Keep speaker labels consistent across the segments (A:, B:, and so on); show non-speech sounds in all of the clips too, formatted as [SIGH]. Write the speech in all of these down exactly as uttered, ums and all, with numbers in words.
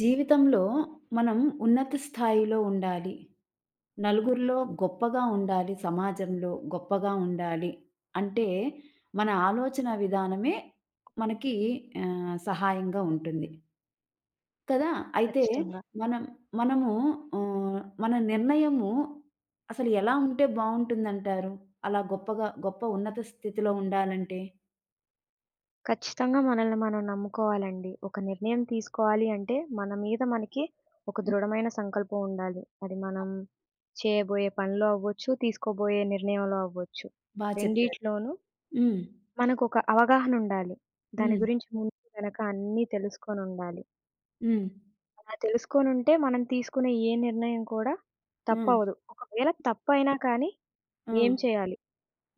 A: జీవితంలో మనం ఉన్నత స్థాయిలో ఉండాలి. నలుగురిలో గొప్పగా ఉండాలి. సమాజంలో గొప్పగా ఉండాలి. అంటే మన ఆలోచన విధానమే మనకి ఆహ్, సహాయంగా ఉంటుంది. కదా! అయితే
B: ఖచ్చితంగా.
A: మనం మనము ఆహ్, మన నిర్ణయము అసలు ఎలా ఉంటే బావుంటుందంటారు? అలా గొప్పగా గొప్ప ఉన్నత స్థితిలో ఉండాలంటే?
B: ఖచ్చితంగా మనల్ని మనం నమ్ముకోవాలండి. ఒక నిర్ణయం తీసుకోవాలి అంటే, మన మీద మనకి ఒక
A: హ్మ్.
B: దృఢమైన సంకల్పం ఉండాలి. అది మనం చేయబోయే పనిలో అవ్వచ్చు, తీసుకోబోయే నిర్ణయంలో అవ్వచ్చు.
A: బా చెప్పారు.
B: రెండిట్లోనూ
A: హ్మ్.
B: మనకొక అవగాహన ఉండాలి. దాని
A: హ్మ్.
B: గురించి ముందు వెనక అన్నీ తెలుసుకొనుండాలి.
A: హ్మ్.
B: అలా తెలుసుకొనుంటే మనం తీసుకునే ఏ నిర్ణయం కూడా
A: ఆ!
B: తప్పవ్వదు. ఒకవేళ తప్పైనా కానీ
A: ఆ!
B: ఏం చేయాలి?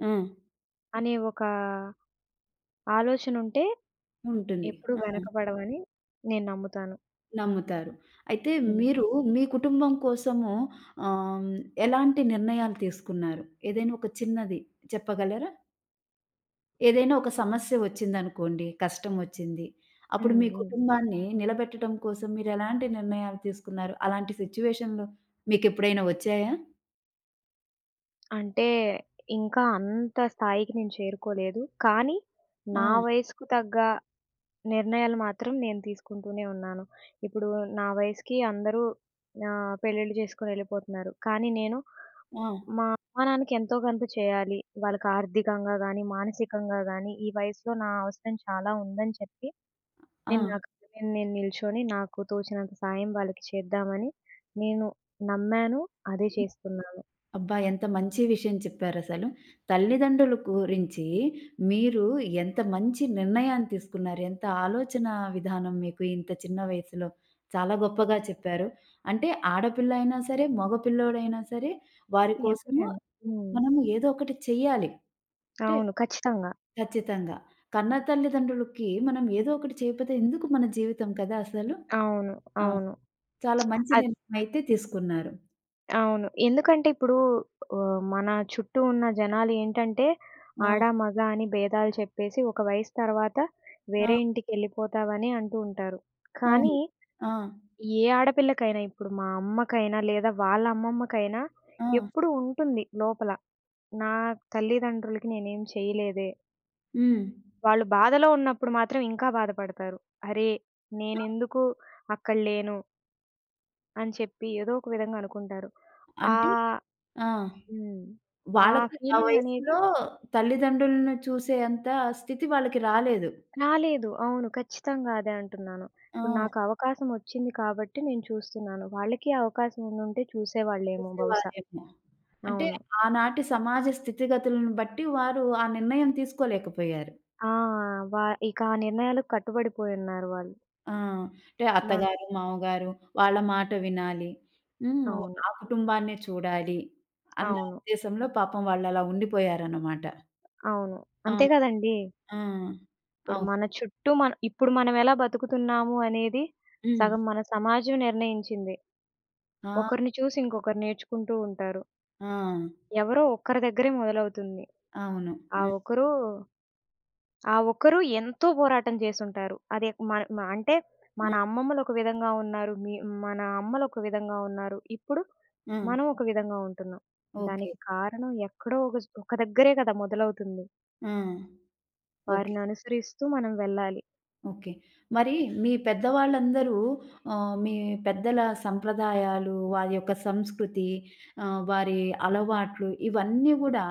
A: ఆ!
B: అనే ఒక ఆలోచనుంటే
A: ఉంటుంది.
B: ఎప్పుడూ
A: ఆ!
B: వెనకబడవని నేను నమ్ముతాను.
A: నమ్ముతారు. అయితే
B: హ్మ్.
A: మీరు మీ కుటుంబం కోసము ఆహ్, ఎలాంటి నిర్ణయాలు తీసుకున్నారు? ఏదైనా ఒక చిన్నది చెప్పగలరా? ఏదైనా ఒక సమస్య వచ్చిందనుకోండి, కష్టమొచ్చింది. అప్పుడు
B: హ్మ్.
A: మీ
B: హ్మ్.
A: కుటుంబాన్ని నిలబెట్టడం కోసం మీరెలాంటి నిర్ణయాలు తీసుకున్నారు? అలాంటి సిట్యుయేషన్‌లు మీకెప్పుడైనా వచ్చాయా?
B: అంటే ఇంకా అంత స్థాయికి నేను చేరుకోలేదు. కానీ
A: ఆ!
B: నా వయసుకు తగ్గ నిర్ణయాలు మాత్రం నేను తీసుకుంటూనే ఉన్నాను. ఇప్పుడు నా వయసుకి అందరూ ఆహ్, పెళ్ళిళ్ళు చేసుకొని ఎళ్ళిపోతున్నారు. కానీ నేను
A: ఆ!
B: మా అమ్మా, నాన్నకి ఎంతో కొంత చేయాలి. వాళ్ళకి ఆర్థికంగా గానీ, మానసికంగా గానీ ఈ వయసులో నా అవసరం చాలా ఉందని చెప్పి నేను
A: ఆ!
B: నా కాళ్ళ మీద నేను నిల్చొని నాకు తోచినంత సాయం వాళ్ళకి చేద్దామని నేను నమ్మాను. అదే చేస్తున్నాను.
A: అబ్బా! ఎంత మంచి విషయం చెప్పారసలు. తల్లిదండ్రుల గురించి మీరు ఎంత మంచి నిర్ణయాన్ని తీసుకున్నారు. ఎంత ఆలోచన విధానం మీకు ఇంత చిన్న వయసులో. చాలా గొప్పగా చెప్పారు. అంటే ఆడపిల్ల అయినా సరే, మగ పిల్లోడైనా సరే వారి కోసము
B: ఎవరైనా. హ్మ్.
A: మనము ఏదో ఒకటి చెయ్యాలి. అంటే
B: అవును. ఖచ్చితంగా.
A: ఖచ్చితంగా. కన్న తల్లిదండ్రులకి మనం ఏదో ఒకటి చేయకపోతే ఎందుకు మన జీవితం కదా అసలు.
B: అవును.
A: ఆ!
B: అవును.
A: చాలా మంచి
B: అద్
A: నిర్ణయం అయితే తీసుకున్నారు.
B: అవును. ఎందుకంటే ఇప్పుడు ఆహ్, మన చుట్టూ ఉన్న జనాలు ఏంటంటే
A: ఆ!
B: ఆడ, మగ అని భేదాలు చెప్పేసి ఒక వయసు తర్వాత వేరే
A: ఆ!
B: ఇంటికెళ్ళిపోతావని అంటూ ఉంటారు. కానీ
A: అవును. ఆ!
B: ఏ ఆడపిల్లకైనా ఇప్పుడు మా అమ్మకైనా లేదా వాళ్ళ అమ్మమ్మకైనా
A: ఆ!
B: ఎప్పుడూ ఉంటుంది లోపల. నా తల్లిదండ్రులకి నేనేం చేయలేదే.
A: హ్మ్.
B: వాళ్ళు బాధలో ఉన్నప్పుడు మాత్రం ఇంకా బాధపడతారు. అరే! నేనెందుకు అక్కడ లేను. అని చెప్పి ఏదో ఒక విధంగా అనుకుంటారు.
A: అంటే
B: ఆహ్,
A: ఆ!
B: హ్మ్. ఆ
A: వాళ్ళకి ఆ
B: ఫీలింగ్ అనేది
A: వయసులో తల్లిదండ్రులను చూసే అంత స్థితి వాళ్ళకి రాలేదు.
B: రాలేదు. అవును. ఖచ్చితంగా అదే అంటున్నాను. ఇప్పుడు
A: ఆ!
B: నాకు అవకాశం వచ్చింది కాబట్టి నేను చూస్తున్నాను. వాళ్ళకి అవకాశం ఉండుంటే చూసేవాళ్ళేమో బహుశా.
A: చూసేవారేమో. అంటే
B: అవును.
A: ఆనాటి సమాజ స్థితిగతులను బట్టి వారు ఆ నిర్ణయం తీసుకోలేకపోయారు.
B: ఆ! వా ఇక ఆ నిర్ణయాలకు కట్టుబడిపోయున్నారు వాళ్ళు.
A: ఆ! అంటే
B: మన్
A: అత్తగారు, మామగారు వాళ్ళ మాట వినాలి. హ్మ్.
B: అవును.
A: ఆ కుటుంబాన్నే చూడాలి అన్న
B: అవును.
A: ఉద్దేశంలో పాపం వాళ్ళలా ఉండిపోయారన్నమాట.
B: అవును.
A: ఆ!
B: అంతే కదండీ!
A: ఆ!
B: ఇప్పుడు
A: అవును.
B: మన చుట్టూ మన ఇప్పుడు మనం ఎలా బతుకుతున్నాము అనేది
A: హ్మ్.
B: సగం మన సమాజం నిర్ణయించింది.
A: ఆ!
B: ఒకరిని చూసి ఇంకొకరు నేర్చుకుంటూ ఉంటారు.
A: ఆ!
B: ఎవరో ఒక్కరి దగ్గరే మొదలవుతుంది.
A: అవును.
B: ఆ
A: ఆ!
B: ఒకరు ఆ ఒకరు ఎంతో పోరాటం చేసుంటారు. అదే మన మ అంటే
A: ఆ!
B: మన అమ్మమ్మలు ఒక విధంగా ఉన్నారు. మీ మన అమ్మలు ఒక విధంగా ఉన్నారు. ఇప్పుడు
A: ఆ!
B: మనం ఒక విధంగా ఉంటున్నాం.
A: ఓకే.
B: దానికి కారణం ఎక్కడో ఒక ఒక దగ్గరే కదా మొదలవుతుంది.
A: ఆ! ఓకే.
B: వారిని అనుసరిస్తూ మనం వెళ్ళాలి.
A: ఓకే. మరి మీ పెద్దవాళ్ళందరూ ఆహ్, మీ పెద్దల సంప్రదాయాలు, వారి యొక్క సంస్కృతి, ఆహ్, వారి అలవాట్లు ఇవన్నీ గూడా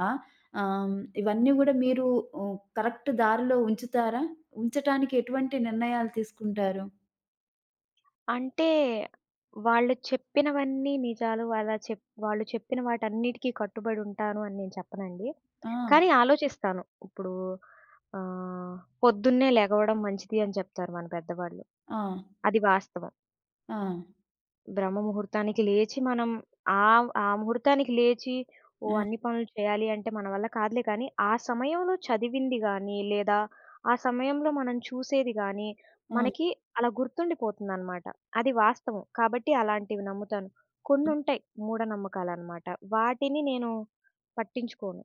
A: ఆహ్, ఇవన్నీ గూడా మీరు హ్మ్, కరెక్ట్ దారిలో ఉంచుతారా? ఉంచటానికి ఎటువంటి నిర్ణయాలు తీసుకుంటారు?
B: అంటే, వాళ్ళు చెప్పినవన్నీ నిజాలు. అలా చెప్ వాళ్ళు చెప్పిన వాటన్నిటికి కట్టుబడి ఉంటాను అని నేను చెప్పనండి.
A: ఆ!
B: కానీ ఆలోచిస్తాను. ఇప్పుడు ఆహ్, పొద్దున్నే లెగవడం మంచిది అని చెప్తారు మన పెద్దవాళ్ళు.
A: ఆ!
B: అది వాస్తవం.
A: ఆ!
B: బ్రహ్మ ముహూర్తానికి లేచి మనం ఆహ్, ఆ ముహూర్తానికి లేచి, ఓహ్!
A: ఆ!
B: అన్ని పనులు చేయాలి అంటే మన వల్ల కాదులే కానీ, ఆ సమయంలో చదివింది గానీ, లేదా ఆ సమయంలో మనం చూసేది గానీ,
A: ఆ!
B: మనకి అలా గుర్తుండిపోతుందనమాట. అది వాస్తవం. కాబట్టి అలాంటివి నమ్ముతాను. కొన్నుంటాయి మూఢనమ్మకాలనమాట. వాటిని నేను పట్టించుకోను.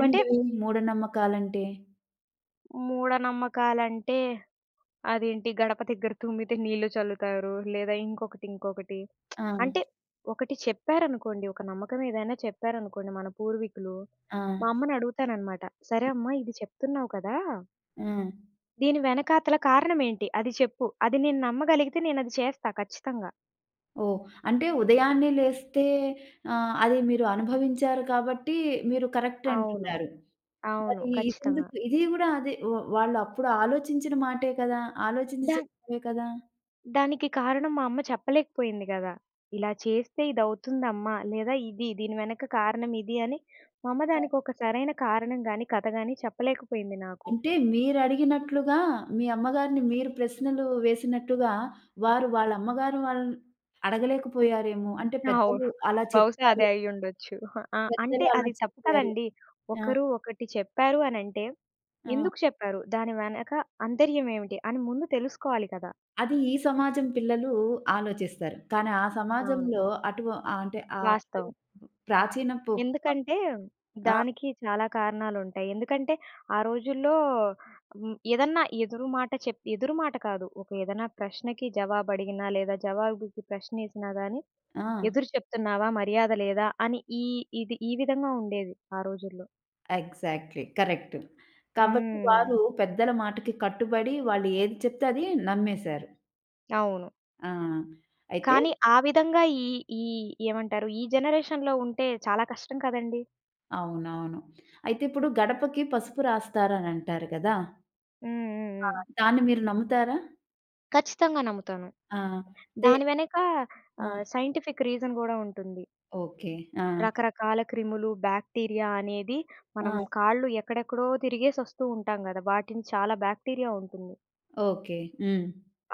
B: అంటే
A: మూఢనమ్మకాలంటే?
B: మూఢనమ్మకాలంటే అదేంటి గడప దగ్గర తుమ్మితే నీళ్ళు చల్లుతారు. లేదా ఇంకొకటి, ఇంకొకటి.
A: ఆ!
B: అంటే ఒకటి చెప్పారనుకోండి, ఒక నమ్మకం ఏదైనా చెప్పారనుకోండి మన పూర్వీకులు,
A: ఆ!
B: మా అమ్మని అడుగుతాననమాట. "సరే అమ్మ ఇది చెప్తున్నావు కదా!
A: ఆ!
B: దీని వెనకాతల కారణమేంటి? అది చెప్పు. అది నేను నమ్మగలిగితే నేనది చేస్తా ఖచ్చితంగా."
A: ఓహ్! అంటే ఉదయాన్నే లేస్తే ఆహ్, అది మీరు అనుభవించారు కాబట్టి మీరు కరెక్ట్
B: అవును.
A: అంటున్నారు.
B: అవును.
A: మరి
B: ఖచ్చితంగా.
A: ఇదెందుకు ఇది గూడా అదే వ వాళ్ళు అప్పుడు ఆలోచించిన మాటే కదా! ఆలోచించి
B: దా
A: చెప్పినవే కదా!
B: దానికి కారణం మా అమ్మ చెప్పలేకపోయింది గదా! ఇలా చేస్తే ఇదవుతుందమ్మా, లేదా ఇది దీని వెనక కారణం ఇది అని మా అమ్మ దానికి
A: ఆ!
B: ఒక సరైన కారణం గాని, కథ గాని చెప్పలేకపోయింది నాకు.
A: అంటే మీరడిగినట్లుగా మీ అమ్మగారిని మీరు ప్రశ్నలు వేసినట్టుగా వారు వాళ్ళ అమ్మగారు వాళ్ళని అడగలేకపోయారేమో! అంటే
B: అవును.
A: పెద్దలు అలా
B: బహుశా అదే
A: చెప్పారు.
B: అయ్యుండొచ్చు. ఆ! అంటే
A: పెద్దలు అలా
B: అది తప్పు
A: చెప్పారు.
B: కదండీ.
A: ఆ!
B: ఒకరు ఒకటి చెప్పారు అనంటే,
A: ఆ!
B: ఎందుకు చెప్పారు? దాని వెనక అంతర్యం ఏమిటి? అని ముందు తెలుసుకోవాలి కదా!
A: అది ఈ సమాజం పిల్లలు ఆలోచిస్తారు. కానీ ఆ
B: అవును.
A: సమాజంలో అటు ఆహ్, అంటే ఆహ్,
B: వాస్తవం.
A: ప్రాచీనపు.
B: ఎందుకంటే
A: ఆ!
B: దానికి చాలా కారణాలుంటాయి. ఎందుకంటే ఆ రోజుల్లో హ్మ్. ఏదన్నా ఎదురు మాట చెప్ ఎదురు మాట కాదు. ఒక ఏదైనా ప్రశ్నకి జవాబడిగినా లేదా జవాబుకి ప్రశ్నేసినా గాని
A: ఆ!
B: ఎదురు చెప్తున్నావా? మర్యాద లేదా? అని ఈ ఇది ఈ విధంగా ఉండేది ఆ రోజుల్లో.
A: ఎగ్జాక్ట్‌లీ. కరెక్ట్. కాబట్టి
B: హ్మ్.
A: వారు పెద్దల మాటకి కట్టుబడి వాళ్ళు ఏది చెప్తే అది నమ్మేశారు.
B: అవును.
A: ఆ! అయితే
B: కానీ ఆ విధంగా ఈ ఈ ఏమంటారు? ఈ జనరేషన్‌లో ఉంటే చాలా కష్టం కదండీ!
A: అవునవును. అయితే ఇప్పుడు గడపకి పసుపు రాస్తారని అంటారు కదా!
B: హ్మ్. హ్మ్.
A: ఆ!
B: హ్మ్.
A: దాన్ని మీరు నమ్ముతారా?
B: ఖచ్చితంగా నమ్ముతాను.
A: ఆ! దే
B: దాని వెనక
A: ఆ!
B: ఆహ్, సైంటిఫిక్ రీజన్ గూడా ఉంటుంది.
A: ఓకే. ఆ!
B: రకరకాల క్రిములు, బ్యాక్టీరియా అనేది మనం
A: ఆ!
B: కాళ్ళు ఎక్కడెక్కడో తిరిగేసొస్తూ ఉంటాం గదా! వాటిని చాలా బ్యాక్టీరియా ఉంటుంది.
A: ఓకే. హ్మ్.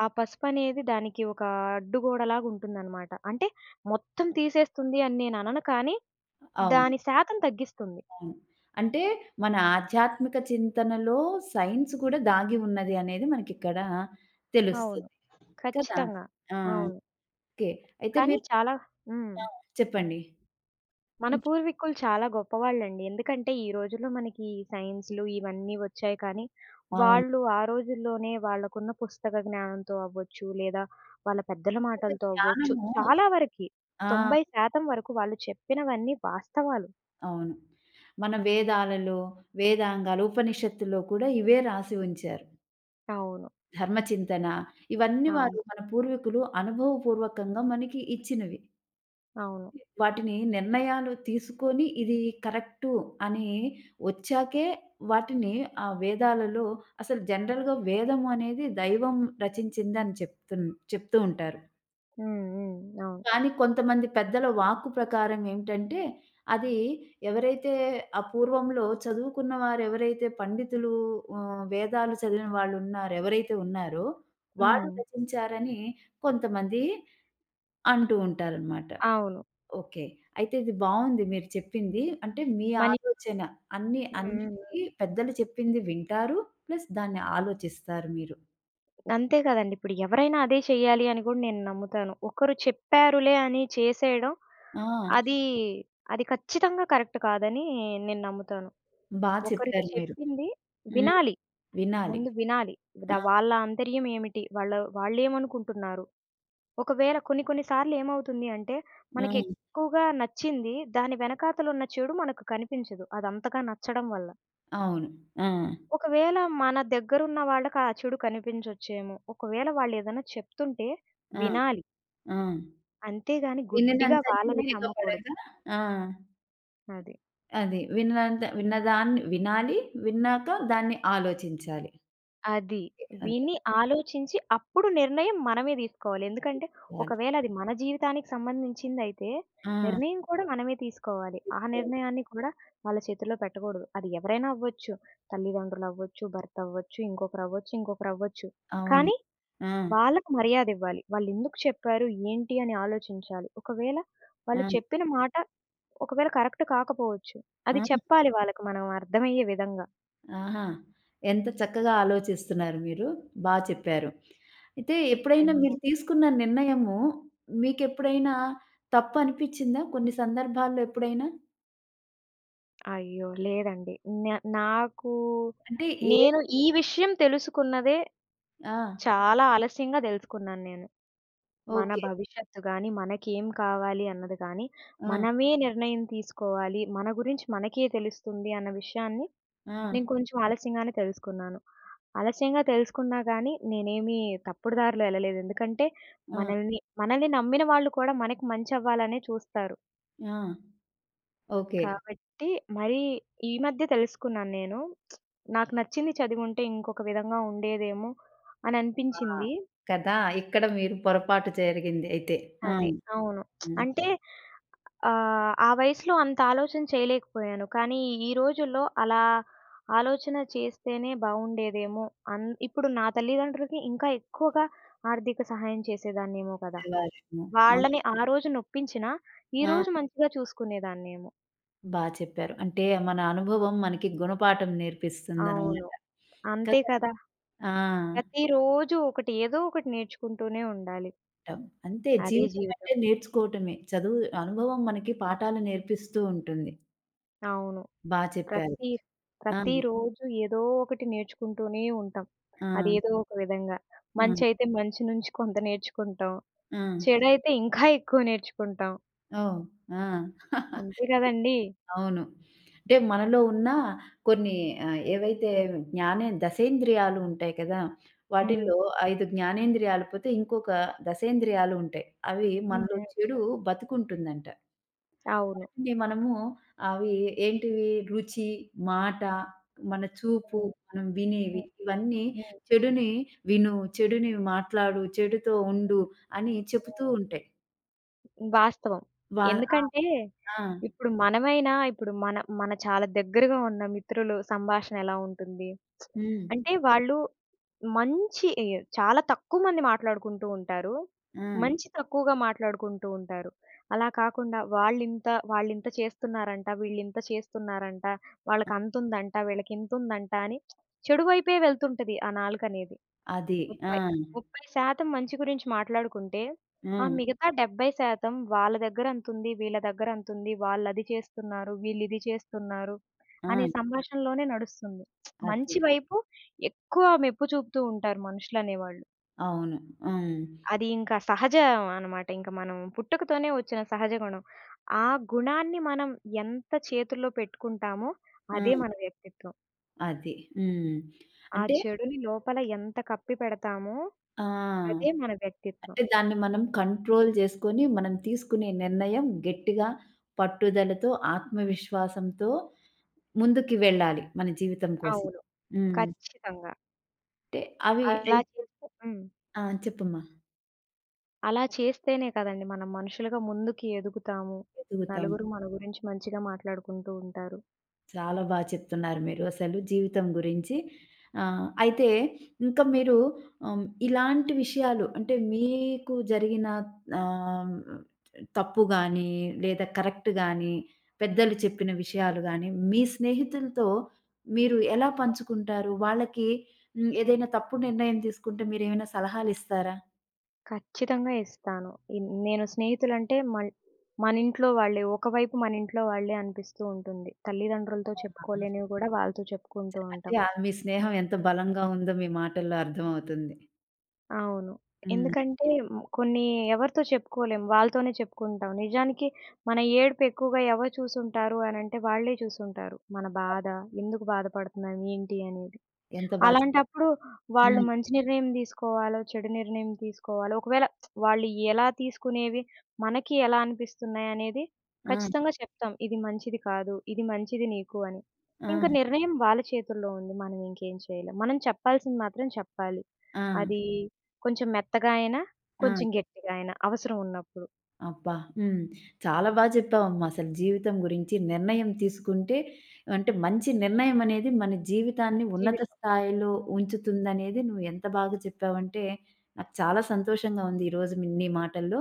B: ఆ పసుపనేది దానికి ఒక అడ్డుగోడలాగా ఉంటుందనమాట. అంటే మొత్తం తీసేస్తుంది అని నేననను కానీ,
A: అవును.
B: దాని శాతం తగ్గిస్తుంది.
A: అవును. అంటే మన ఆధ్యాత్మిక చింతనలో సైన్స్ కూడా దాగి ఉన్నది అనేది మనకిక్కడ
B: అవును.
A: తెలుస్తుంది. కదా!
B: ఖచ్చితంగా.
A: ఆ!
B: అవును.
A: ఓకే. అయితే
B: కానీ
A: మీరు
B: చాలా హ్మ్.
A: ఆ! చెప్పండి.
B: మన పూర్వీకులు చాలా గొప్పవాళ్ళండి. ఎందుకంటే, ఈ రోజుల్లో మనకి ఈ సైన్స్‌లు ఇవన్నీ వచ్చాయి కానీ,
A: అవును.
B: వాళ్ళు ఆ రోజుల్లోనే వాళ్ళకున్న పుస్తక జ్ఞానంతో అవ్వచ్చు, లేదా వాళ్ళ పెద్దల
A: అసలు
B: మాటలతో అవ్వచ్చు,
A: జ్ఞానము.
B: చాలా వరకి
A: ఆ!
B: తొంభై శాతం వరకు వాళ్ళు చెప్పినవన్నీ వాస్తవాలు.
A: అవును. మన వేదాలలో, వేదాంగాలు, ఉపనిషత్తులో కూడా ఇవే రాసి ఉంచారు.
B: అవును.
A: ధర్మచింతన ఇవన్నీ వారు
B: అవును.
A: మన పూర్వీకులు అనుభవపూర్వకంగా మనకి ఇచ్చినవి.
B: అవును.
A: వాటిని నిర్ణయాలు తీసుకొని ఇది కరెక్టు అని వచ్చాకే వాటిని ఆ వేదాలలో అసలు జనరల్‌గా వేదం అనేది దైవం రచించిందని చెప్తున్ చెప్తూ ఉంటారు.
B: హ్మ్. హ్మ్. అవును.
A: కానీ కొంతమంది పెద్దల వాక్కు ప్రకారం ఏమిటంటే, అది ఎవరైతే ఆ పూర్వంలో చదువుకున్న వారెవరైతే పండితులు, ఆహ్, వేదాలు చదివిన వాళ్ళున్నారు ఎవరైతే ఉన్నారో,
B: హ్మ్.
A: వాళ్ళు రచించారని కొంతమంది అంటూ ఉంటారనమాట.
B: అవును.
A: ఓకే. అయితే ఇది బావుంది మీరు చెప్పింది. అంటే మీ
B: మని
A: ఆలోచన అన్ని
B: హ్మ్. హ్మ్.
A: అన్నిటికి
B: హ్మ్.
A: పెద్దలు చెప్పింది వింటారు. ప్లస్ దాన్ని ఆలోచిస్తారు మీరు.
B: అంతే కదండీ. ఇప్పుడు ఎవరైనా అదే చెయ్యాలి అని గూడా నేను నమ్ముతాను. ఒకరు చెప్పారులే అని చేసేయడం
A: ఆ!
B: అది, అది ఖచ్చితంగా కరెక్ట్ కాదని నేను నమ్ముతాను.
A: బా
B: ఒకరు
A: చెప్పారు మీరు.
B: చెప్పింది
A: హ్మ్.
B: వినాలి.
A: వినాలి.
B: ముందు వినాలి. ద
A: ఆ!
B: వాళ్ళ ఆంతర్యం ఏమిటి? వాళ్ళ వాళ్ళేమనుకుంటున్నారు? ఒకవేళ కొన్ని కొన్ని సార్లు ఏమవుతుంది అంటే,
A: ఆ!
B: మనకి ఎక్కువగా నచ్చింది దాని వెనకాతలున్న చెడు మనకు కనిపించదు. అదంతగా నచ్చడం వల్ల.
A: అవును. ఆ!
B: ఒకవేళ మన దగ్గరున్న వాళ్ళకి ఆ చెడు కనిపించొచ్చేమో. ఒకవేళ వాళ్ళేదైనా చెప్తుంటే
A: ఆ!
B: వినాలి.
A: ఆ!
B: అంతేగాని గుడ్డిగా
A: విన్నదంతనే
B: వాళ్ళనే నమ్మకూడదు.
A: వేగపడక ఆ!
B: అది.
A: అది విన్నంత విన్నదాన్ని వినాలి. విన్నాక దాన్ని ఆలోచించాలి.
B: అది.
A: అంతే.
B: విని, ఆలోచించి అప్పుడు నిర్ణయం మనమే తీసుకోవాలి. ఎందుకంటే
A: ఆ!
B: ఒకవేళ అది మన జీవితానికి సంబంధించిందయితే
A: అవును.
B: నిర్ణయం కూడా మనమే తీసుకోవాలి. ఆ నిర్ణయాన్ని కూడా వాళ్ళ చేతుల్లో పెట్టకూడదు. అది ఎవరైనా అవ్వచ్చు. తల్లిదండ్రులవ్వచ్చు, భర్తవ్వచ్చు, ఇంకొకరవ్వచ్చు, ఇంకొకరవ్వచ్చు. కానీ
A: ఆ!
B: వాళ్ళకి మర్యాదివ్వాలి. వాళ్ళెందుకు చెప్పారు, ఏంటి అని ఆలోచించాలి. ఒకవేళ
A: ఆ!
B: వాళ్ళు చెప్పిన మాట ఒకవేళ కరెక్ట్ కాకపోవచ్చు. అది
A: ఆ!
B: చెప్పాలి వాళ్ళకి మనం అర్థమయ్యే విధంగా.
A: ఆహా! ఎంత చక్కగా ఆలోచిస్తున్నారు మీరు. బా చెప్పారు. అయితే ఎప్పుడైనా
B: అమ్మో!
A: మీరు తీసుకున్న నిర్ణయము మీకెప్పుడైనా తప్పు అనిపిచ్చిందా? కొన్ని సందర్భాల్లో ఎప్పుడైనా?
B: అయ్యో! లేదండి. న నాకు
A: అంటే ఏ
B: నేను ఈ విషయం తెలుసుకున్నదే
A: ఆ!
B: చాలా ఆలస్యంగా దెలుసుకున్నాను నేను. మన
A: ఓకే.
B: భవిష్యత్తు గానీ, మనకేం కావాలి అన్నది గానీ,
A: ఆ!
B: మనమే నిర్ణయం తీసుకోవాలి. మన గురించి మనకే తెలుస్తుంది అన్న విషయాన్ని
A: ఆ!
B: నేను కొంచెం ఆలస్యంగానే తెలుసుకున్నాను. ఆలస్యంగా తెలుసుకున్నా గానీ, నేనేమి తప్పుడు దారిలో ఎళ్ళలేదు. ఎందుకంటే
A: ఆ!
B: మనల్ని, మనల్ని నమ్మిన వాళ్ళు కూడా మనకి మంచవ్వాలనే చూస్తారు.
A: ఆ! ఓకే.
B: కాబట్టి మరీ ఈ మధ్య తెలుసుకున్నాను నేను. నాకు నచ్చింది చదివుంటే ఇంకొక విధంగా ఉండేదేమో అని
A: ఆ!
B: అనిపించింది.
A: కదా! ఇక్కడ మీరు పొరపాటు జరిగింది అయితే. ఆ!
B: అది. అవును.
A: హ్మ్.
B: అంటే ఆహ్, ఆ వయసులో అంత ఆలోచన చేయలేకపోయాను. కానీ ఈ రోజుల్లో అలా ఆలోచన చేస్తేనే బావుండేదేమో. అన్ ఇప్పుడు నా తల్లిదండ్రులకి ఇంకా ఎక్కువగా ఆర్థిక సహాయం చేసేదాన్నేమో కదా!
A: శివాలయము. ఆ!
B: వాళ్ళని ఆ రోజున ఒప్పించినా,
A: ఆ!
B: ఈరోజు మంచిగా చూసుకునేదాన్నేమో.
A: బా చెప్పారు. అంటే మన అనుభవం మనకి గుణపాఠం నేర్పిస్తుందనమాట.
B: అవును. అంతే
A: కదా!
B: కదా!
A: ఆ!
B: ప్రతిరోజు ఒకటి ఏదో ఒకటి నేర్చుకుంటూనే ఉండాలి.
A: నేర్చుకోవటం. అంతే
B: అదే
A: జీవితం
B: జీవితం.
A: అంటే నేర్చుకోవటమే. చదువు అనుభవం మనకి పాఠాలు నేర్పిస్తూ ఉంటుంది.
B: అవును.
A: బా చెప్పారు.
B: ప్రతి
A: ఆ!
B: ప్రతిరోజు ఏదో ఒకటి నేర్చుకుంటూనే ఉంటాం.
A: ఆ!
B: అదేదో ఒక విధంగా.
A: ఆ!
B: మంచయితే మంచి నుంచి కొంత నేర్చుకుంటాం.
A: ఆ!
B: చెడైతే ఇంకా ఎక్కువ నేర్చుకుంటాం.
A: ఓహ్! ఆ!
B: అంతే
A: [LAUGHS]
B: కదండీ!
A: అవును. అంటే మనలో ఉన్న కొన్ని ఆహ్, ఏవైతే జ్ఞానే దసేంద్రియాలు ఉంటాయి కదా! వాటిల్లో
B: హ్మ్.
A: ఐదు జ్ఞానేంద్రియాలు పోతే ఇంకొక దసేంద్రియాలు ఉంటాయి. అవి
B: హ్మ్.
A: మనలో
B: హ్మ్.
A: చెడు బతుకుంటుందంట.
B: అవును.
A: అంటే మనము అవి ఏంటివి రుచి, మాట, మన చూపు,
B: హ్మ్.
A: మనం వినేవి
B: హ్మ్.
A: ఇవన్నీ
B: హ్మ్.
A: చెడుని విను, చెడుని మాట్లాడు, చెడుతో ఉండు అని చెప్తూ ఉంటాయి.
B: హ్మ్. వాస్తవం.
A: వా ఆ!
B: ఎందుకంటే
A: ఆ!
B: ఇప్పుడు మనమైనా ఇప్పుడు మన మన చాలా దగ్గరగా ఉన్న మిత్రులు సంభాషణ ఎలా ఉంటుంది?
A: హ్మ్.
B: అంటే వాళ్ళు మంచి ఎ చాలా తక్కువ మంది మాట్లాడుకుంటూ ఉంటారు.
A: ఆ!
B: మంచి తక్కువగా మాట్లాడుకుంటూ ఉంటారు. అలా కాకుండా వాళ్ళింత వాళ్ళింత చేస్తున్నారంట, వీళ్ళింత చేస్తున్నారంట, వాళ్ళకంతుందంట, వీళ్ళకింతుందంట అని చెడు వైపే వెళ్తుంటది ఆ నాలుకనేది.
A: అది. ఆ!
B: ముప్పై ముప్పై శాతం మంచి గురించి మాట్లాడుకుంటే, ఆ హ్మ్.
A: హ్మ్.
B: మిగతా డెబ్బై శాతం వాళ్ళ దగ్గర అంతుంది, వీళ్ళ దగ్గర అంతుంది, వాళ్ళది చేస్తున్నారు, వీళ్ళిది చేస్తున్నారు,
A: ఆ!
B: అనే సంభాషణలోనే నడుస్తుంది.
A: అది.
B: మంచి వైపు ఎక్కువ మెప్పు చూపుతూ ఉంటారు మనుషులనేవాళ్ళు.
A: అవును. హ్మ్.
B: అది ఇంకా సహజం అనమాట. ఇంక మనం పుట్టుకతోనే వచ్చిన సహజ గుణం. ఆ గుణాన్ని మనం ఎంత చేతుల్లో పెట్టుకుంటామో అదే మన
A: ఆ!
B: వ్యక్తిత్వం.
A: అది. హ్మ్.
B: ఆ
A: అంటే
B: చెడుని లోపల ఎంత కప్పిపెడతామో అదే
A: ఆ!
B: మన వ్యక్తిత్వం.
A: అంటే దాన్ని మనం కంట్రోల్ చేసుకొని, మనం తీసుకునే నిర్ణయం గట్టిగా, పట్టుదలతో, ఆత్మవిశ్వాసంతో ముందుకి వెళ్ళాలి మన జీవితం కోసం.
B: అవును.
A: హ్మ్.
B: ఖచ్చితంగా.
A: అంటే అవి అయి
B: అలా చేస్తే హ్మ్.
A: ఆ! చెప్పమ్మా.
B: అలా చేస్తేనే కదండీ మనం మనుషులుగా ముందుకి ఎదుగుతాము.
A: ఎదుగుతాం.
B: నలుగురు మన గురించి మంచిగా మాట్లాడుకుంటూ ఉంటారు.
A: చాలా బా చెప్తున్నారు మీరు అసలు జీవితం గురించి. ఆహ్, అయితే ఇంకా మీరు ఆహ్, ఇలాంటి విషయాలు అంటే మీకు జరిగిన ఆహ్, తప్పు గాని, లేదా కరెక్ట్ గాని, పెద్దలు చెప్పిన విషయాలు గాని, మీ స్నేహితులతో మీరు ఎలా పంచుకుంటారు? వాళ్ళకి హ్మ్, ఏదైనా తప్పు నిర్ణయం తీసుకుంటే మీరేమైనా సలహాలిస్తారా?
B: ఖచ్చితంగా ఇస్తాను. ఇన్ నేను స్నేహితులంటే మన్ మనింట్లో వాళ్ళే. ఒకవైపు మనింట్లో వాళ్ళే అనిపిస్తూ ఉంటుంది. తల్లిదండ్రులతో
A: ఆ!
B: చెప్పుకోలేనివి గూడా వాళ్ళతో చెప్పుకుంటూ
A: అంటే
B: ఉంటాం.
A: ఆ మీ స్నేహం ఎంత బలంగా ఉందో మీ మాటల్లో అర్థమవుతుంది.
B: అవును.
A: హ్మ్.
B: ఎందుకంటే హ్మ్, కొన్ని ఎవరితో చెప్పుకోలేం. వాళ్ళతోనే చెప్పుకుంటాం. నిజానికి మన ఏడుపు ఎక్కువగా ఎవరు చూసుంటారు అనంటే వాళ్ళే చూసుంటారు. మన బాధ, ఎందుకు బాధపడుతున్నాం, ఏంటి అనేది.
A: ఎంత బా
B: అలాంటప్పుడు వాళ్ళు
A: హ్మ్.
B: మంచి నిర్ణయం తీసుకోవాలో, చెడు నిర్ణయం తీసుకోవాలో, ఒకవేళ వాళ్ళు ఎలా తీసుకునేవి, మనకి ఎలా అనిపిస్తున్నాయనేది
A: ఆ!
B: ఖచ్చితంగా చెప్తాం. ఇది మంచిది కాదు. ఇది మంచిది నీకు అని. ఇంక
A: ఆ!
B: నిర్ణయం వాళ్ళ చేతుల్లో ఉంది. మనం ఇంకేం చేయలేం. మనం చెప్పాల్సింది మాత్రం చెప్పాలి.
A: ఆ!
B: అది కొంచెం మెత్తగా అయినా,
A: ఆ!
B: కొంచెం గట్టిగా అయినా అవసరం ఉన్నప్పుడు.
A: అబ్బా! హ్మ్. చాలా బా చెప్పావమ్మా. అసలు జీవితం గురించి నిర్ణయం తీసుకుంటే అంటే మంచి నిర్ణయం అనేది మన జీవితాన్ని ఉన్నత
B: జీవితం.
A: స్థాయిలో ఉంచుతుందనేది నువ్వు ఎంత బాగా చెప్పావంటే నాకు చాలా సంతోషంగా ఉంది ఈరోజు మీ నీ మాటల్లో.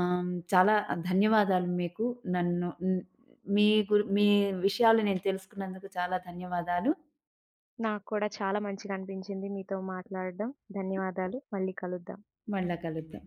A: ఆహ్, చాలా ధన్యవాదాలు మీకు. నన్ను హ్మ్. మీ గురి మీ విషయాలు నేను తెలుసుకున్నందుకు చాలా ధన్యవాదాలు.
B: నాకు కూడా చాలా మంచిగా అనిపించింది మీతో మాట్లాడడం. ధన్యవాదాలు. మళ్ళీ కలుద్దాం.
A: మళ్ళా కలుద్దాం.